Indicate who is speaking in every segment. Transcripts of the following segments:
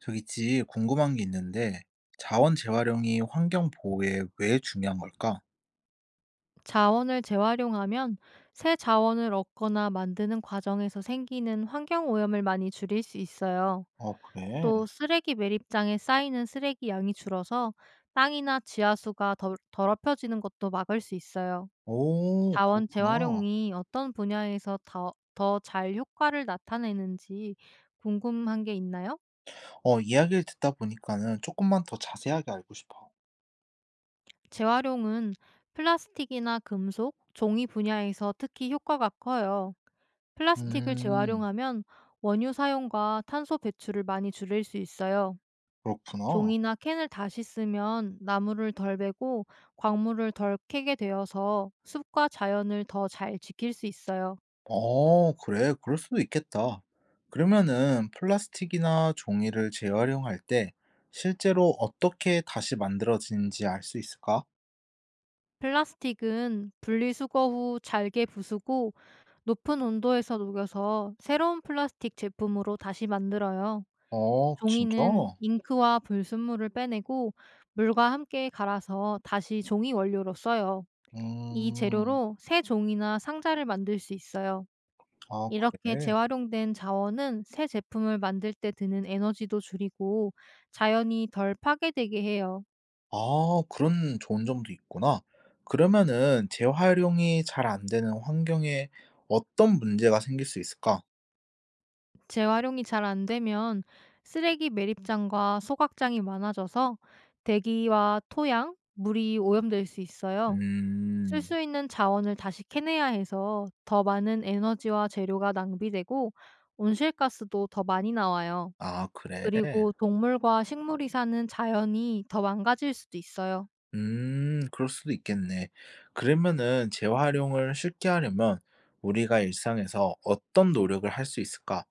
Speaker 1: 저 있지, 궁금한 게 있는데, 자원 재활용이 환경 보호에 왜 중요한 걸까?
Speaker 2: 자원을 재활용하면 새 자원을 얻거나 만드는 과정에서 생기는 환경 오염을 많이 줄일 수 있어요.
Speaker 1: 아, 그래?
Speaker 2: 또 쓰레기 매립장에 쌓이는 쓰레기 양이 줄어서 땅이나 지하수가 더럽혀지는 것도 막을 수 있어요.
Speaker 1: 오,
Speaker 2: 자원
Speaker 1: 그렇구나.
Speaker 2: 재활용이 어떤 분야에서 더 잘 효과를 나타내는지 궁금한 게 있나요?
Speaker 1: 이야기를 듣다 보니까는 조금만 더 자세하게 알고 싶어.
Speaker 2: 재활용은 플라스틱이나 금속, 종이 분야에서 특히 효과가 커요. 플라스틱을
Speaker 1: 음,
Speaker 2: 재활용하면 원유 사용과 탄소 배출을 많이 줄일 수 있어요.
Speaker 1: 그렇구나.
Speaker 2: 종이나 캔을 다시 쓰면 나무를 덜 베고 광물을 덜 캐게 되어서 숲과 자연을 더 잘 지킬 수 있어요.
Speaker 1: 어, 그래, 그럴 수도 있겠다. 그러면은 플라스틱이나 종이를 재활용할 때 실제로 어떻게 다시 만들어지는지 알 수 있을까?
Speaker 2: 플라스틱은 분리수거 후 잘게 부수고 높은 온도에서 녹여서 새로운 플라스틱 제품으로 다시 만들어요.
Speaker 1: 어, 진짜?
Speaker 2: 종이는 잉크와 불순물을 빼내고 물과 함께 갈아서 다시 종이 원료로 써요. 이
Speaker 1: 음,
Speaker 2: 재료로 새 종이나 상자를 만들 수 있어요.
Speaker 1: 아,
Speaker 2: 이렇게
Speaker 1: 그래.
Speaker 2: 재활용된 자원은 새 제품을 만들 때 드는 에너지도 줄이고 자연이 덜 파괴되게 해요.
Speaker 1: 아, 그런 좋은 점도 있구나. 그러면은 재활용이 잘 안 되는 환경에 어떤 문제가 생길 수 있을까?
Speaker 2: 재활용이 잘 안 되면 쓰레기 매립장과 소각장이 많아져서 대기와 토양, 물이 오염될 수 있어요. 쓸
Speaker 1: 음,
Speaker 2: 수 있는 자원을 다시 캐내야 해서 더 많은 에너지와 재료가 낭비되고 온실가스도 더 많이 나와요.
Speaker 1: 아, 그래.
Speaker 2: 그리고 동물과 식물이 사는 자연이 더 망가질 수도 있어요.
Speaker 1: 그럴 수도 있겠네. 그러면은 재활용을 쉽게 하려면 우리가 일상에서 어떤 노력을 할 수 있을까?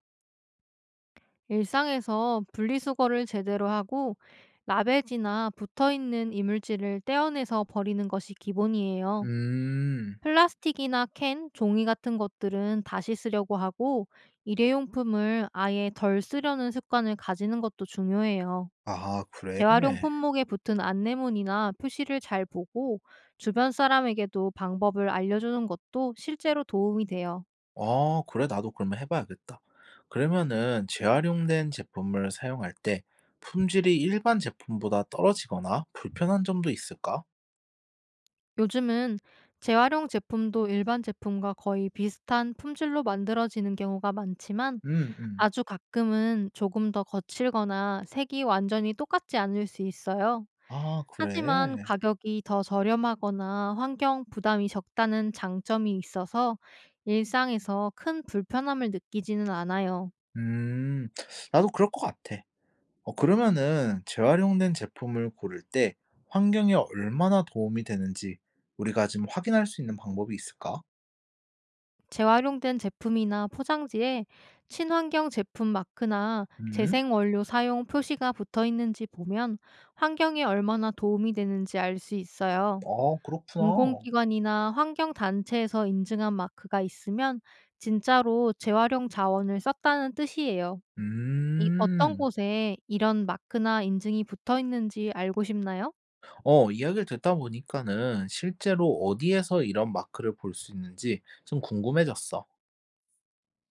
Speaker 2: 일상에서 분리수거를 제대로 하고 라베지나 붙어 있는 이물질을 떼어내서 버리는 것이 기본이에요.
Speaker 1: 음,
Speaker 2: 플라스틱이나 캔, 종이 같은 것들은 다시 쓰려고 하고 일회용품을 아예 덜 쓰려는 습관을 가지는 것도 중요해요.
Speaker 1: 아, 그래.
Speaker 2: 재활용 품목에 붙은 안내문이나 표시를 잘 보고 주변 사람에게도 방법을 알려주는 것도 실제로 도움이 돼요.
Speaker 1: 아 그래 나도 그러면 해 봐야겠다. 그러면은 재활용된 제품을 사용할 때 품질이 일반 제품보다 떨어지거나 불편한 점도 있을까?
Speaker 2: 요즘은 재활용 제품도 일반 제품과 거의 비슷한 품질로 만들어지는 경우가 많지만
Speaker 1: 음음.
Speaker 2: 아주 가끔은 조금 더 거칠거나 색이 완전히 똑같지 않을 수 있어요.
Speaker 1: 아
Speaker 2: 하지만
Speaker 1: 그래?
Speaker 2: 가격이 더 저렴하거나 환경 부담이 적다는 장점이 있어서 일상에서 큰 불편함을 느끼지는 않아요.
Speaker 1: 음. 나도 그럴 것 같아. 어 그러면은 재활용된 제품을 고를 때 환경에 얼마나 도움이 되는지 우리가 지금 확인할 수 있는 방법이 있을까?
Speaker 2: 재활용된 제품이나 포장지에 친환경 제품 마크나
Speaker 1: 음.
Speaker 2: 재생 원료 사용 표시가 붙어 있는지 보면 환경에 얼마나 도움이 되는지 알 수 있어요.
Speaker 1: 아 그렇구나.
Speaker 2: 공공기관이나 환경단체에서 인증한 마크가 있으면 진짜로 재활용 자원을 썼다는 뜻이에요. 이 어떤
Speaker 1: 음.
Speaker 2: 곳에 이런 마크나 인증이 붙어 있는지 알고 싶나요?
Speaker 1: 이야기를 듣다 보니까는 실제로 어디에서 이런 마크를 볼 수 있는지 좀 궁금해졌어.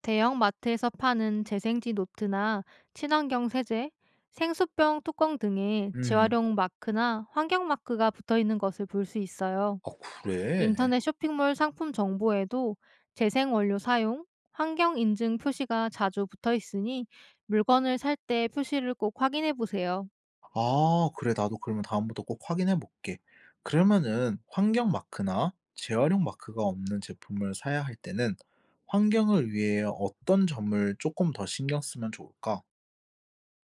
Speaker 2: 대형 마트에서 파는 재생지 노트나 친환경 세제, 생수병 뚜껑 등에
Speaker 1: 음.
Speaker 2: 재활용 마크나 환경 마크가 붙어 있는 것을 볼 수 있어요.
Speaker 1: 아, 그래?
Speaker 2: 인터넷 쇼핑몰 상품 정보에도 재생 원료 사용, 환경 인증 표시가 자주 붙어 있으니 물건을 살 때 표시를 꼭 확인해 보세요.
Speaker 1: 아, 그래. 나도 그러면 다음부터 꼭 확인해 볼게. 그러면은 환경 마크나 재활용 마크가 없는 제품을 사야 할 때는 환경을 위해 어떤 점을 조금 더 신경 쓰면 좋을까?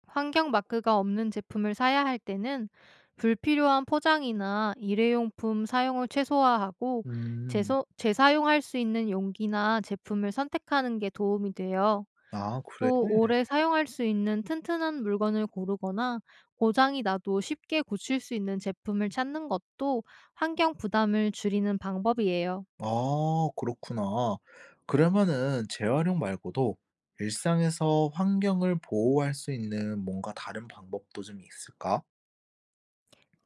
Speaker 2: 환경 마크가 없는 제품을 사야 할 때는 불필요한 포장이나 일회용품 사용을 최소화하고
Speaker 1: 음.
Speaker 2: 재사용할 수 있는 용기나 제품을 선택하는 게 도움이 돼요.
Speaker 1: 아, 그래?
Speaker 2: 또 오래 사용할 수 있는 튼튼한 물건을 고르거나 고장이 나도 쉽게 고칠 수 있는 제품을 찾는 것도 환경 부담을 줄이는 방법이에요.
Speaker 1: 아 그렇구나. 그러면은 재활용 말고도 일상에서 환경을 보호할 수 있는 뭔가 다른 방법도 좀 있을까?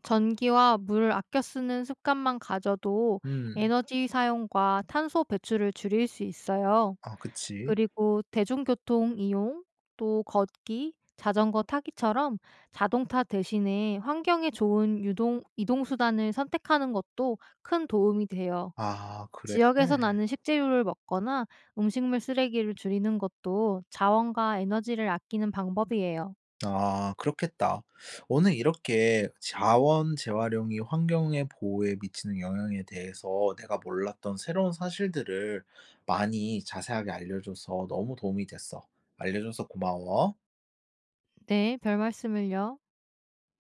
Speaker 2: 전기와 물을 아껴 쓰는 습관만 가져도
Speaker 1: 음.
Speaker 2: 에너지 사용과 탄소 배출을 줄일 수 있어요.
Speaker 1: 아 그치.
Speaker 2: 그리고 대중교통 이용, 또 걷기, 자전거 타기처럼 자동차 대신에 환경에 좋은 이동수단을 선택하는 것도 큰 도움이 돼요.
Speaker 1: 아 그래?
Speaker 2: 지역에서 나는 식재료를 먹거나 음식물 쓰레기를 줄이는 것도 자원과 에너지를 아끼는 방법이에요.
Speaker 1: 아 그렇겠다. 오늘 이렇게 자원 재활용이 환경의 보호에 미치는 영향에 대해서 내가 몰랐던 새로운 사실들을 많이 자세하게 알려줘서 너무 도움이 됐어. 알려줘서 고마워.
Speaker 2: 네, 별 말씀을요.